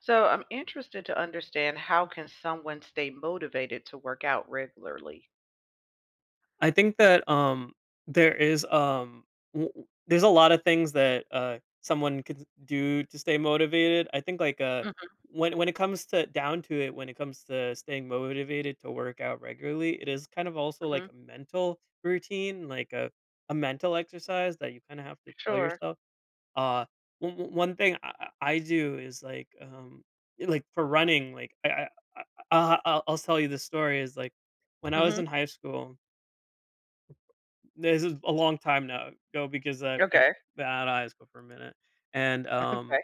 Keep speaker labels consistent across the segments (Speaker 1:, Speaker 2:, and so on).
Speaker 1: So I'm interested to understand, how can someone stay motivated to work out regularly?
Speaker 2: I think that there is um there's a lot of things that someone could do to stay motivated. I think, like,
Speaker 1: Hmm.
Speaker 2: when it comes to staying motivated to work out regularly, it is kind of also like
Speaker 1: Hmm.
Speaker 2: a mental routine, like a mental exercise that you kind of have to tell
Speaker 1: Sure.
Speaker 2: yourself. Uh one thing I do is like, like, for running, like, I I'll tell you the story is like when I was
Speaker 1: Hmm.
Speaker 2: in high school. This is a long time now ago, because I
Speaker 1: Okay.
Speaker 2: been out of high school for a minute, and,
Speaker 1: Okay.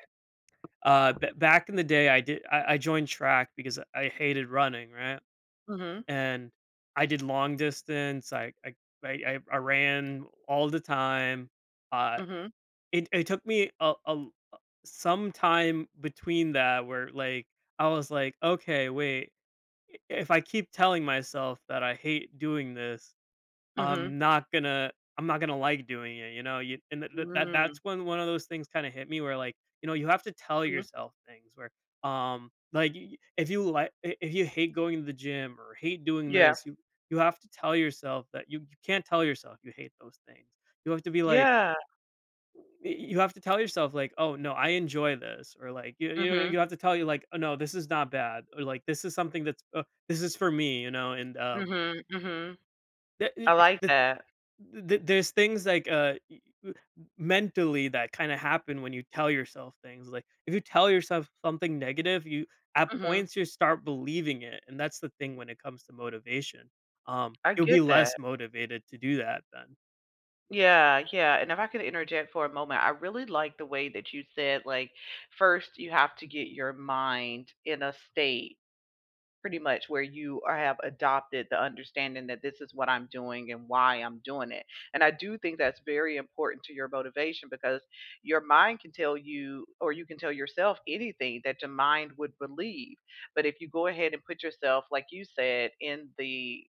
Speaker 2: b back in the day, I joined track because I hated running, right?
Speaker 1: Hmm.
Speaker 2: And I did long distance. I ran all the time. uh,
Speaker 1: Hmm.
Speaker 2: it it took me a l some time between that where, like, I was like, "Okay, wait, if I keep telling myself that I hate doing this,
Speaker 1: Hmm.
Speaker 2: I'm not gonna I'm not gonna like doing it, you know?" You and th th that
Speaker 1: Mm-hmm.
Speaker 2: that's when one of those things kinda hit me where, like, you have to tell yourself things where, like, y if you like I if you hate going to the gym or hate doing
Speaker 1: Yeah.
Speaker 2: this, you have to tell yourself that you can't tell yourself you hate those things. You have to be like,
Speaker 1: Yeah.
Speaker 2: y you have to tell yourself, like, "Oh, no, I enjoy this," or, like,
Speaker 1: Hmm.
Speaker 2: you have to tell you, like, "Oh, no, this is not bad," or, like, "This is something this is for me," you know?
Speaker 1: Hmm. Hmm. I like
Speaker 2: The
Speaker 1: that.
Speaker 2: there's things like, w- mentally, that kind of happen when you tell yourself things. Like, if you tell yourself something negative, you at
Speaker 1: Hmm.
Speaker 2: points you start believing it, and that's the thing. When it comes to motivation,
Speaker 1: I
Speaker 2: you'll be
Speaker 1: get that.
Speaker 2: less motivated to do that then.
Speaker 1: Yeah, yeah. And if I could interject for a moment, I really like the way that you said, like, first you have to get your mind in a state. Pretty much where you are have adopted the understanding that this is what I'm doing and why I'm doing it. And I do think that's very important to your motivation because your mind can tell you, or you can tell yourself anything that your mind would believe. But if you go ahead and put yourself, like you said, in the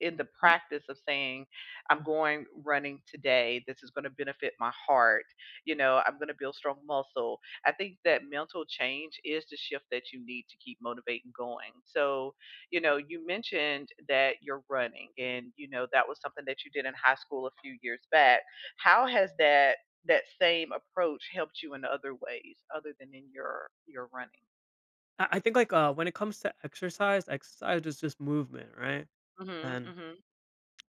Speaker 1: in the practice of saying, I'm going running today. This is going to benefit my heart. You know, I'm going to build strong muscle. I think that mental change is the shift that you need to keep motivating going. So, you know, you mentioned that you're running and, you know, that was something that you did in high school a few years back. How has that? That same approach helped you in other ways other than in your running.
Speaker 2: I think, like, when it comes to exercise, exercise is just movement, right?
Speaker 1: Mhm,
Speaker 2: And
Speaker 1: mhm,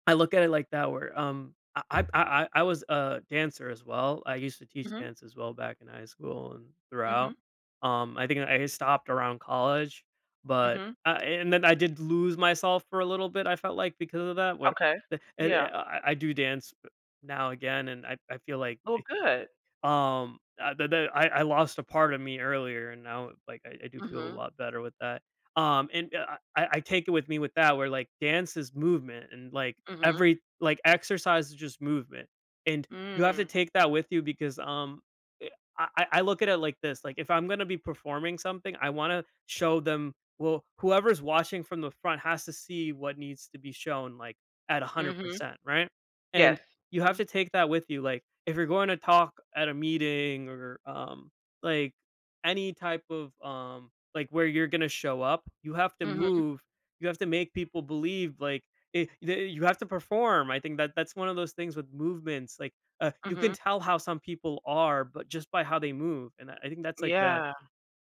Speaker 2: I look at it like that, where, I was a dancer as well. I used to teach
Speaker 1: mhm,
Speaker 2: dance as well back in high school and throughout.
Speaker 1: mhm,
Speaker 2: I think I stopped around college, but
Speaker 1: mhm.
Speaker 2: I and then I did lose myself for a little bit, I felt like, because of that, where
Speaker 1: Okay. Yeah.
Speaker 2: I do dance now again, and I feel like,
Speaker 1: Well, good.
Speaker 2: that that I lost a part of me earlier, and now, like, I do feel a lot better with that. I take it with me with that, where, like, dance is movement, and, like,
Speaker 1: Mhm.
Speaker 2: every like, exercise is just movement, and you have to
Speaker 1: Mm.
Speaker 2: take that with you, because, eh, I look at it like this, like, if I'm gonna be performing something, I wanna show them well, whoever's watching from the front has to see what needs to be shown, like, at
Speaker 1: Mhm.
Speaker 2: 100%, right? And
Speaker 1: Yes.
Speaker 2: you have
Speaker 1: Mhm.
Speaker 2: to take that with you. Like, if you're going to talk at a meeting, or like, any type of, like, where you're going to show up, you have to
Speaker 1: Mhm.
Speaker 2: move. You have to make people believe, like, it, you have to perform. I think that that's one of those things with movements, like, you can
Speaker 1: Mhm.
Speaker 2: tell how some people are, but just by how they move. And I think that's like
Speaker 1: Yeah.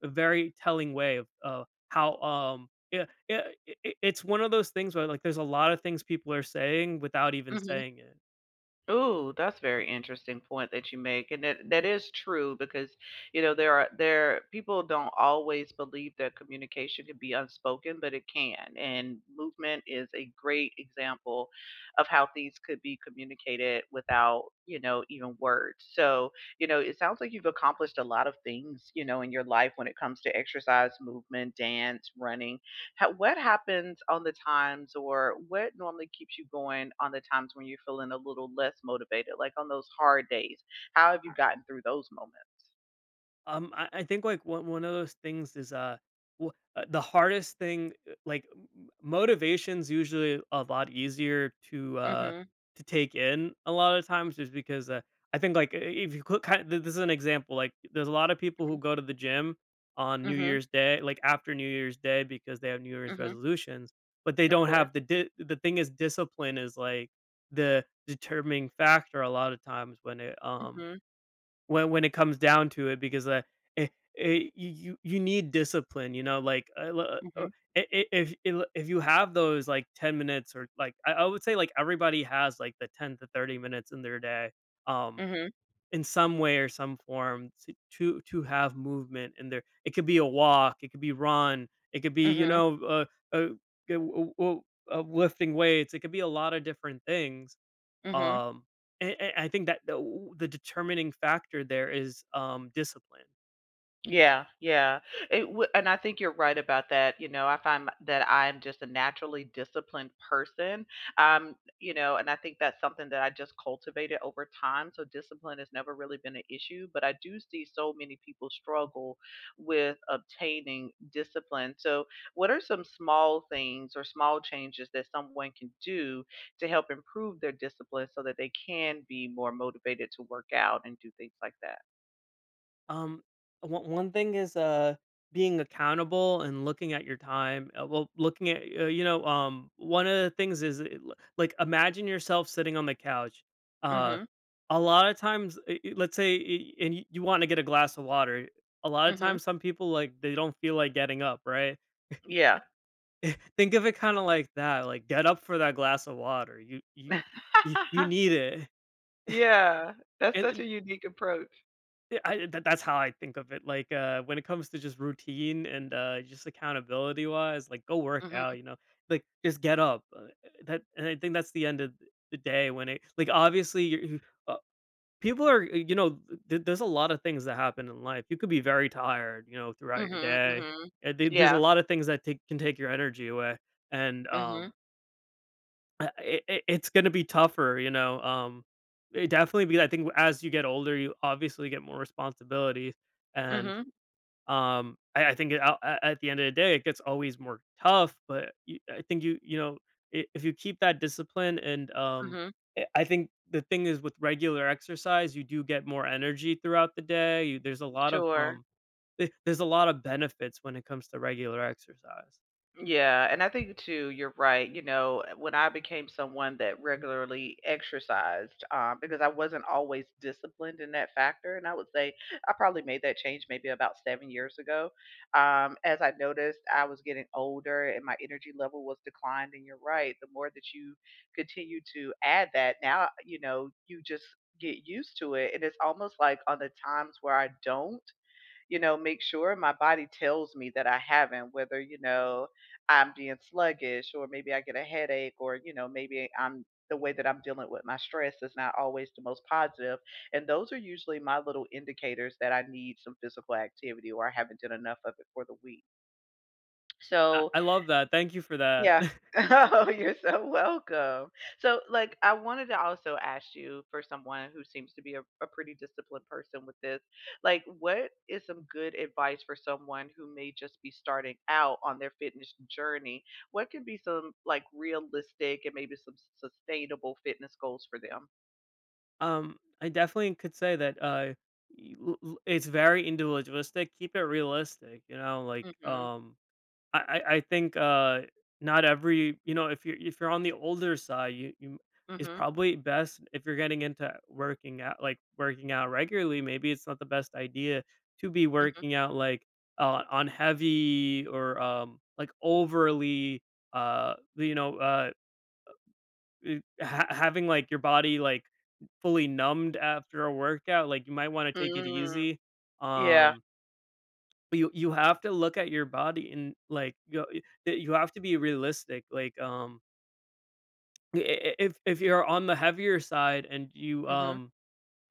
Speaker 2: a very telling way of, how yeah, yeah, it's one of those things where, like, there's a lot of things people are saying without even
Speaker 1: Mhm.
Speaker 2: saying it.
Speaker 1: Ooh, that's very interesting point that you make, and that is true because, you know, there are there people don't always believe that communication can be unspoken, but it can. And movement is a great example of how things could be communicated without, you know, even words. So, you know, it sounds like you've accomplished a lot of things, you know, in your life when it comes to exercise, movement, dance, running. What happens on the times, or what normally keeps you going on the times when you're feeling a little less motivated, like on those hard days? How have you gotten through those moments?
Speaker 2: I think, like, one of those things is, the hardest thing. Like, motivation's usually a lot easier to,
Speaker 1: Mm
Speaker 2: to take in a lot of times, just because, I think, like, I- if you could kind of this is an example. Like, there's a lot of people who go to the gym on New
Speaker 1: Mhm.
Speaker 2: Year's Day, like after New Year's Day, because they have New
Speaker 1: Mm Mhm.
Speaker 2: Year's
Speaker 1: Mm mhm.
Speaker 2: resolutions. But they
Speaker 1: Of
Speaker 2: don't
Speaker 1: course.
Speaker 2: have the, the thing is, discipline is like the determining factor a lot of times when it
Speaker 1: Mm
Speaker 2: when it comes down to it, because, eh you need discipline, you know, like, l
Speaker 1: Mhm.
Speaker 2: I if il if you have those, like, 10 minutes, or, like, I would say, like, everybody has, like, the 10 to 30 minutes in their day, um,
Speaker 1: Mm Mhm.
Speaker 2: in some way or some form, to to have movement in there. It could be a walk, it could be run, it could
Speaker 1: Mm
Speaker 2: be, you
Speaker 1: Mhm.
Speaker 2: know, uh, g w w lifting weights, it could be a lot of different things.
Speaker 1: Mm Mhm.
Speaker 2: Um, and I think that the determining factor there is, discipline.
Speaker 1: Yeah, yeah. It w and I think you're right about that. You know, I find that I'm just a naturally disciplined person. You know, and I think that's something that I just cultivated over time. So discipline has never really been an issue, but I do see so many people struggle with obtaining discipline. So, what are some small things or small changes that someone can do to help improve their discipline so that they can be more motivated to work out and do things like that?
Speaker 2: Um, one thing is, being accountable and looking at your time, well, looking at, one of the things is, eh, l like, imagine yourself sitting on the couch. Uh,
Speaker 1: Mhm.
Speaker 2: a lot of times, let's say, and you wanna get a glass of water. A lot of
Speaker 1: Mhm.
Speaker 2: times, some people, like, they don't feel like getting up, right?
Speaker 1: Yeah.
Speaker 2: Think of it kinda like that, like, get up for that glass of water. You need it.
Speaker 1: Yeah, that's such
Speaker 2: And
Speaker 1: a unique approach.
Speaker 2: th I that that's how I think of it, like, when it comes to just routine and, just accountability wise, like, go work out,
Speaker 1: Mm.
Speaker 2: you know? Like, just get up. That and I think that's the end of the day when it, like, obviously, you uh, people are you know, th there's a lot of things that happen in life. You could be very tired, you know, throughout your
Speaker 1: Mhm, mhm,
Speaker 2: day,
Speaker 1: mhm.
Speaker 2: and there's a
Speaker 1: Yeah.
Speaker 2: lot of things that take can take your energy away, and,
Speaker 1: Mm.
Speaker 2: I it's gonna be tougher, you know, it definitely be I think, as you get older, you obviously get more responsibilities, and,
Speaker 1: Mhm,
Speaker 2: I think, it out a at the end of the day, it gets always more tough, but you I think, you know, I if you keep that discipline and,
Speaker 1: mhm, mhm.
Speaker 2: I think the thing is, with regular exercise, you do get more energy throughout the day. You There's a lot of,
Speaker 1: Sure.
Speaker 2: there's a lot of benefits when it comes to regular exercise.
Speaker 1: Yeah, and I think too, you're right. You know, when I became someone that regularly exercised, because I wasn't always disciplined in that factor, and I would say I probably made that change maybe about 7 years ago. As I noticed, I was getting older and my energy level was declined. And you're right, the more that you continue to add that, now, you know, you just get used to it. And it's almost like on the times where I don't, you know, make sure my body tells me that I haven't, whether, you know, I'm being sluggish or maybe I get a headache or, you know, maybe I'm the way that I'm dealing with my stress is not always the most positive. And those are usually my little indicators that I need some physical activity or I haven't done enough of it for the week.
Speaker 2: I
Speaker 1: So
Speaker 2: I love that, thank you for that.
Speaker 1: yeah. Oh, you're so welcome. So, like, I wanted to also ask you, for someone who seems to be a pretty disciplined person with this, like, what is some good advice for someone who may just be starting out on their fitness journey? What could be some like realistic and maybe some sustainable fitness goals for them?
Speaker 2: I definitely could say that, it's very individualistic. Keep it realistic, you know. Like,
Speaker 1: Mm
Speaker 2: I think, not every you know if you're, on the older side, you is
Speaker 1: Mhm.
Speaker 2: probably best if you're getting into working out, like working out regularly. Maybe it's not the best idea to be
Speaker 1: Mhm. Mhm.
Speaker 2: working out like, on heavy or, like, overly, uh you know uh having, like, your body, like, fully numbed after a workout. Like, you might want to take it
Speaker 1: Mm.
Speaker 2: easy,
Speaker 1: Yeah.
Speaker 2: um but you have to look at your body. And, like, you have to be realistic, like, if you're on the heavier side and you,
Speaker 1: Mm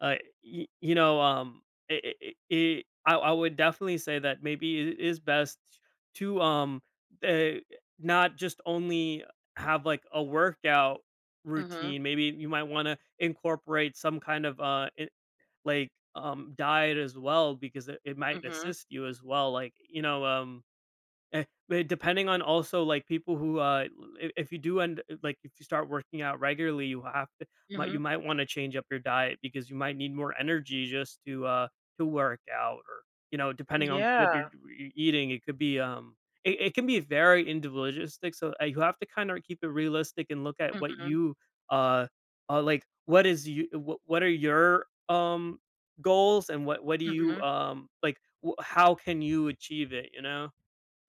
Speaker 2: uh, y you know, it it it I would definitely say that maybe it is best to, eh, not just only have, like, a workout
Speaker 1: Mhm. Mm
Speaker 2: routine. Maybe you might wanna incorporate some kind of, I like, diet as well, because it
Speaker 1: Mhm.
Speaker 2: might
Speaker 1: Mhm.
Speaker 2: assist you as well, like, you know. But depending on also, like, people who, if you do end like, if you start working out regularly, you have to might, you
Speaker 1: Mhm.
Speaker 2: might wanna change up your diet, because you might need more energy just to work out, or, you know, depending on what
Speaker 1: Yeah.
Speaker 2: you're eating, it could be, it can be very individualistic. So, you have to kind of keep it realistic, and look at
Speaker 1: Mm
Speaker 2: what
Speaker 1: Mhm.
Speaker 2: you, uh, like, what are your, goals, and what do
Speaker 1: Mm
Speaker 2: you,
Speaker 1: Mhm.
Speaker 2: like, wh how can you achieve it, you know?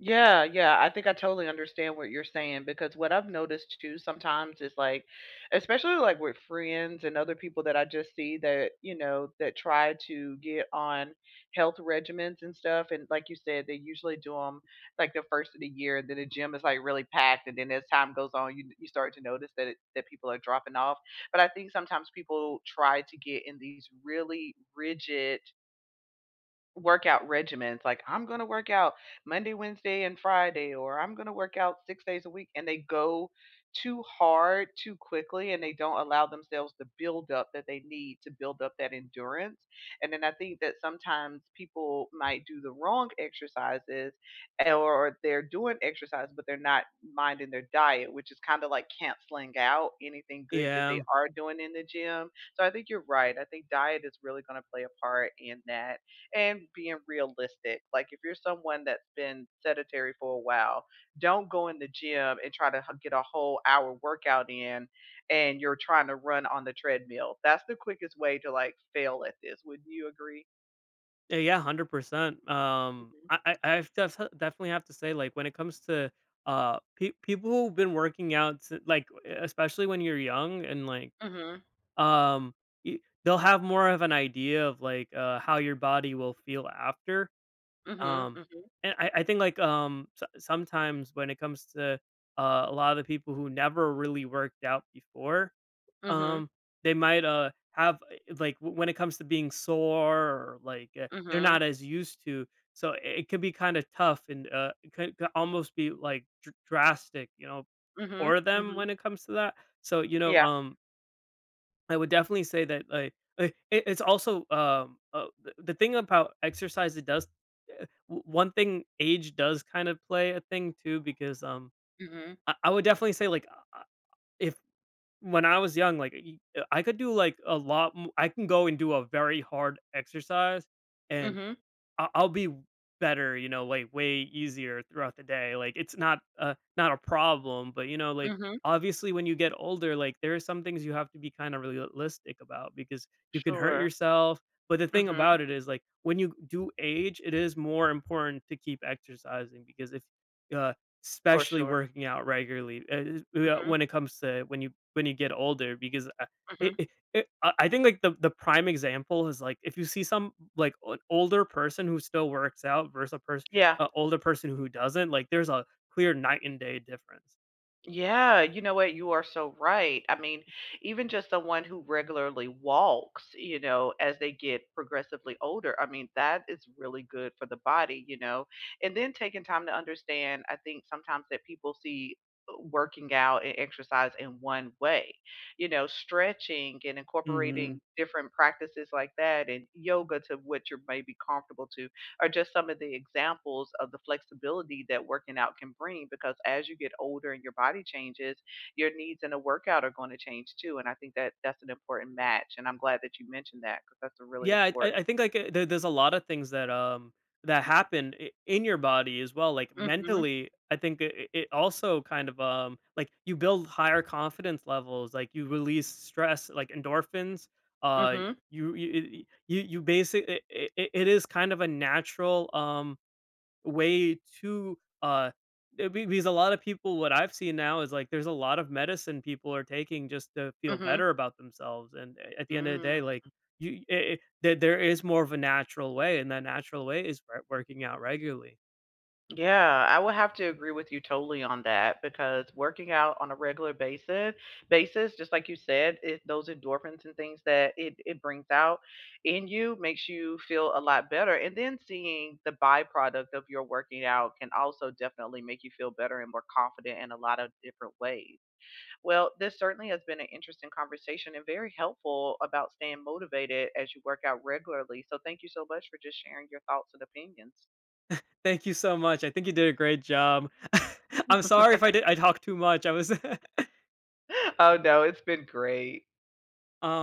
Speaker 1: Yeah, yeah, I think I totally understand what you're saying because what I've noticed too sometimes is like, especially like with friends and other people that I just see that, you know, that try to get on health regimens and stuff. And like you said, they usually do them like the first of the year, and then the gym is like really packed. And then as time goes on, you start to notice that that people are dropping off. But I think sometimes people try to get in these really rigid workout regimens, like I'm going to work out Monday, Wednesday, and Friday, or I'm going to work out 6 days a week, and they go too hard too quickly and they don't allow themselves the build up that they need to build up that endurance. And then I think that sometimes people might do the wrong exercises, or they're doing exercise but they're not minding their diet, which is kind of like canceling out anything good that they
Speaker 2: Yeah.
Speaker 1: are doing in the gym. So I think you're right. I think diet is really going to play a part in that, and being realistic. Like if you're someone that's been sedentary for a while, don't go in the gym and try to get a whole hour workout in and you're trying to run on the treadmill. That's the quickest way to like fail at this. Wouldn't you agree?
Speaker 2: Yeah, yeah, 100%. Um,
Speaker 1: Mhm.
Speaker 2: I I I've def definitely have to say, like, when it comes to, pe people who've been working out, si like, especially when you're young, and, like,
Speaker 1: Mhm.
Speaker 2: um, y they'll have more of an idea of, like, how your body will feel after.
Speaker 1: Mhm.
Speaker 2: Um,
Speaker 1: Mhm.
Speaker 2: and I think, like, so sometimes when it comes to, a lot of the people who never really worked out before,
Speaker 1: Mhm.
Speaker 2: um, they might, have, like, w when it comes to being sore, or, like, they're
Speaker 1: Mhm.
Speaker 2: not as used to, so it could be kinda tough, and, it could almost be, like, dr drastic, you know,
Speaker 1: Mhm.
Speaker 2: for them
Speaker 1: Mhm.
Speaker 2: when it comes to that. So, you know,
Speaker 1: Yeah.
Speaker 2: I would definitely say that, like, I it it's also, the thing about exercise, it does eh, o one thing, age does kind of play a thing too, because,
Speaker 1: Mhm.
Speaker 2: I would definitely say, like, if when I was young, like, y I could do, like, a lot m I can go and do a very hard exercise, and
Speaker 1: Mhm.
Speaker 2: I'll be better, you know, like, way easier throughout the day. Like, it's not a problem, but you know, like,
Speaker 1: Mhm.
Speaker 2: obviously, when you get older, like, there are some things you have to be kind of realistic about, because you can hurt
Speaker 1: Sure.
Speaker 2: yourself. But the thing
Speaker 1: Mhm.
Speaker 2: about it is, like, when you do age, it is more important to keep exercising, because if, uh,
Speaker 1: For
Speaker 2: especially
Speaker 1: sure.
Speaker 2: working out regularly,
Speaker 1: Mhm.
Speaker 2: when it comes to, when you get older, because, it,
Speaker 1: Mhm.
Speaker 2: it- it I think, like, the prime example is, like, if you see some, like, an older person who still works out, versus
Speaker 1: Yeah.
Speaker 2: a older person who doesn't, like, there's a clear night and day difference.
Speaker 1: Yeah, you know what? You are so right. I mean, even just someone who regularly walks, you know, as they get progressively older, I mean, that is really good for the body, you know. And then taking time to understand, I think sometimes that people see, working out and exercise in one way. You know, stretching and
Speaker 2: Mhm.
Speaker 1: incorporating different practices like that and yoga to what you're maybe comfortable to are just some of the examples of the flexibility that working out can bring, because as you get older and your body changes, your needs in a workout are going to change too. And I think that that's an important match. And I'm glad that you mentioned that, because that's a really
Speaker 2: Yeah, I I
Speaker 1: important.
Speaker 2: I think, like, there's a lot of things that, that happen I in your body as well, like,
Speaker 1: Mhm.
Speaker 2: mentally. I think it also kind of, like, you build higher confidence levels, like, you release stress, like, endorphins, uh,
Speaker 1: Mhm.
Speaker 2: you you you you you basic it it it is kind of a natural, way too. Because a lot of people, what I've seen now, is like, there's a lot of medicine people are taking just to feel
Speaker 1: Mhm.
Speaker 2: better about themselves. And, at the end of the day,
Speaker 1: Mm.
Speaker 2: like, you it, there is more of a natural way, and that natural way is, working out regularly.
Speaker 1: Yeah, I would have to agree with you totally on that, because working out on a regular basis, just like you said, those endorphins and things that it brings out in you makes you feel a lot better. And then seeing the byproduct of your working out can also definitely make you feel better and more confident in a lot of different ways. Well, this certainly has been an interesting conversation and very helpful about staying motivated as you work out regularly. So thank you so much for just sharing your thoughts and opinions.
Speaker 2: Thank you so much, I think you did a great job. I'm sorry if I did I talked too much, I was
Speaker 1: Oh, no, it's been great.
Speaker 2: um